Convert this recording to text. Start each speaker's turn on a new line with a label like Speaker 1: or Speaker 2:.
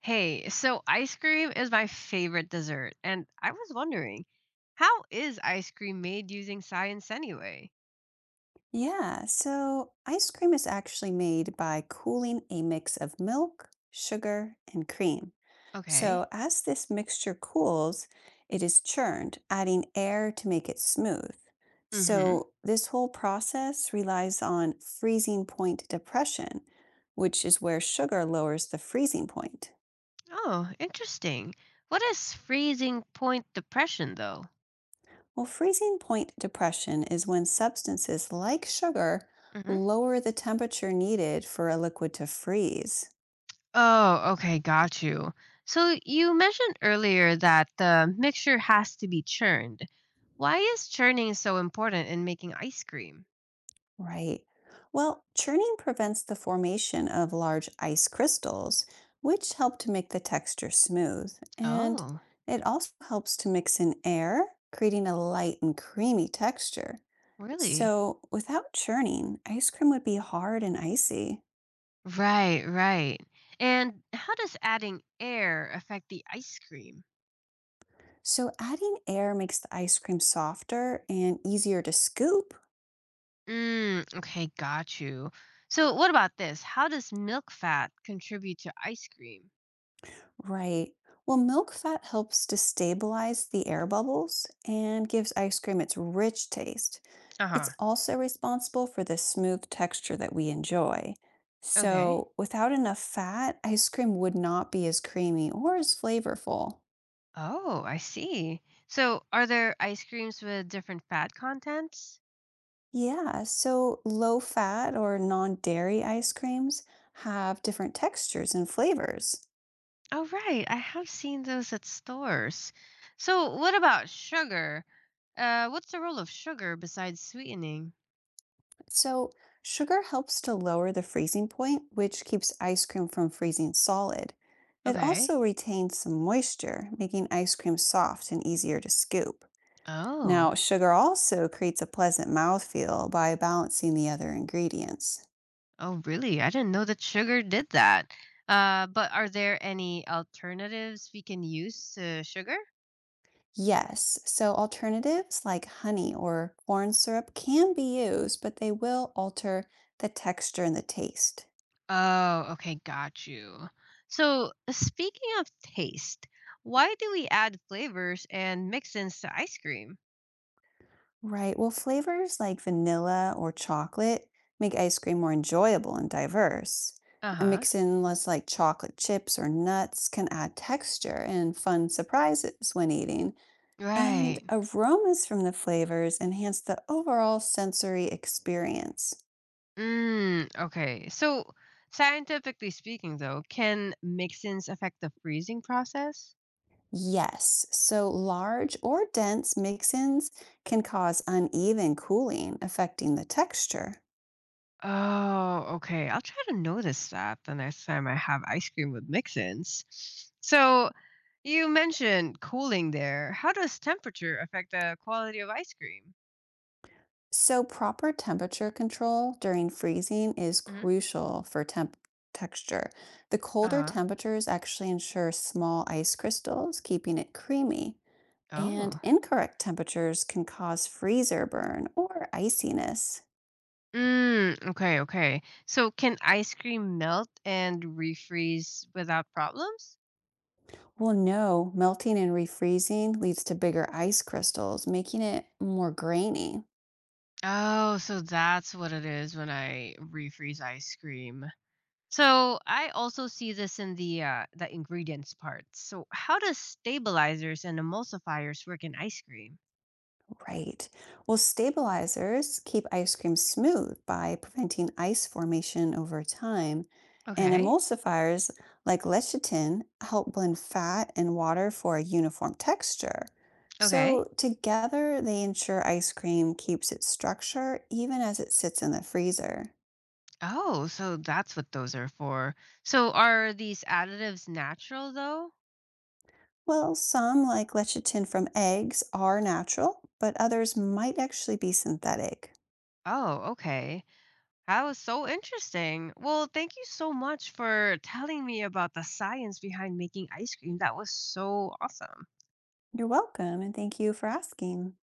Speaker 1: Hey, so ice cream is my favorite dessert, and I was wondering, how is ice cream made using science anyway?
Speaker 2: Yeah, so ice cream is actually made by cooling a mix of milk, sugar, and cream.
Speaker 1: Okay.
Speaker 2: So as this mixture cools, it is churned, adding air to make it smooth.
Speaker 1: Mm-hmm.
Speaker 2: So this whole process relies on freezing point depression, which is where sugar lowers the freezing point.
Speaker 1: Oh, interesting. What is freezing point depression, though?
Speaker 2: Well, freezing point depression is when substances like sugar
Speaker 1: Mm-hmm.
Speaker 2: lower the temperature needed for a liquid to freeze.
Speaker 1: Oh, okay, got you. So you mentioned earlier that the mixture has to be churned. Why is churning so important in making ice cream?
Speaker 2: Right. Well, churning prevents the formation of large ice crystals, which help to make the texture smooth. And
Speaker 1: Oh,
Speaker 2: it also helps to mix in air, creating a light and creamy texture.
Speaker 1: really?
Speaker 2: So, without churning, ice cream would be hard and icy.
Speaker 1: Right, right. And how does adding air affect the ice cream?
Speaker 2: So, adding air makes the ice cream softer and easier to scoop.
Speaker 1: Mm, okay, got you. So, what about this? How does milk fat contribute to ice cream?
Speaker 2: Right. Well, milk fat helps to stabilize the air bubbles and gives ice cream its rich taste.
Speaker 1: Uh huh.
Speaker 2: It's also responsible for the smooth texture that we enjoy.
Speaker 1: Okay.
Speaker 2: So, without enough fat, ice cream would not be as creamy or as flavorful.
Speaker 1: Oh, I see. So, are there ice creams with different fat contents?
Speaker 2: Yeah, so low fat or non dairy ice creams have different textures and flavors.
Speaker 1: Oh, right. I have seen those at stores. So, what about sugar? What's the role of sugar besides sweetening?
Speaker 2: So, sugar helps to lower the freezing point, which keeps ice cream from freezing solid. It
Speaker 1: Okay.
Speaker 2: also retains some moisture, making ice cream soft and easier to scoop.
Speaker 1: Oh.
Speaker 2: Now, sugar also creates a pleasant mouthfeel by balancing the other ingredients.
Speaker 1: Oh, really? I didn't know that sugar did that. But are there any alternatives we can use to sugar?
Speaker 2: Yes, so alternatives like honey or corn syrup can be used, but they will alter the texture and the taste.
Speaker 1: Oh, okay, got you. So, speaking of taste, why do we add flavors and mix-ins to ice cream?
Speaker 2: Right. Well, flavors like vanilla or chocolate make ice cream more enjoyable and diverse. And
Speaker 1: Uh-huh.
Speaker 2: mix in like chocolate chips or nuts can add texture and fun surprises when eating. And
Speaker 1: Right.
Speaker 2: aromas from the flavors enhance the overall sensory experience.
Speaker 1: Mm, okay. So, scientifically speaking, though, can mix-ins affect the freezing process?
Speaker 2: Yes, so large or dense mix-ins can cause uneven cooling, affecting the texture.
Speaker 1: Oh, okay. I'll try to notice that the next time I have ice cream with mix-ins. So, you mentioned cooling there. How does temperature affect the quality of ice cream?
Speaker 2: So, proper temperature control during freezing is
Speaker 1: Hmm.
Speaker 2: crucial for temp texture. The colder
Speaker 1: Uh-huh.
Speaker 2: temperatures actually ensure small ice crystals, keeping it creamy. And
Speaker 1: Oh.
Speaker 2: incorrect temperatures can cause freezer burn or iciness.
Speaker 1: Mm, okay, okay. So, can ice cream melt and refreeze without problems?
Speaker 2: Well, no, melting and refreezing leads to bigger ice crystals, making it more grainy.
Speaker 1: Oh, so that's what it is when I refreeze ice cream. So I also see this in the ingredients part. So how does stabilizers and emulsifiers work in ice cream?
Speaker 2: Right. Well, stabilizers keep ice cream smooth by preventing ice formation over time, and
Speaker 1: Okay.
Speaker 2: emulsifiers like lecithin help blend fat and water for a uniform texture.
Speaker 1: Okay.
Speaker 2: So, together, they ensure ice cream keeps its structure even as it sits in the freezer.
Speaker 1: Oh, so that's what those are for. So are these additives natural though?
Speaker 2: Well, some, like lecithin from eggs, are natural, but others might actually be synthetic.
Speaker 1: Oh, okay. That was so interesting. Well, thank you so much for telling me about the science behind making ice cream. That was so awesome.
Speaker 2: You're welcome, and thank you for asking.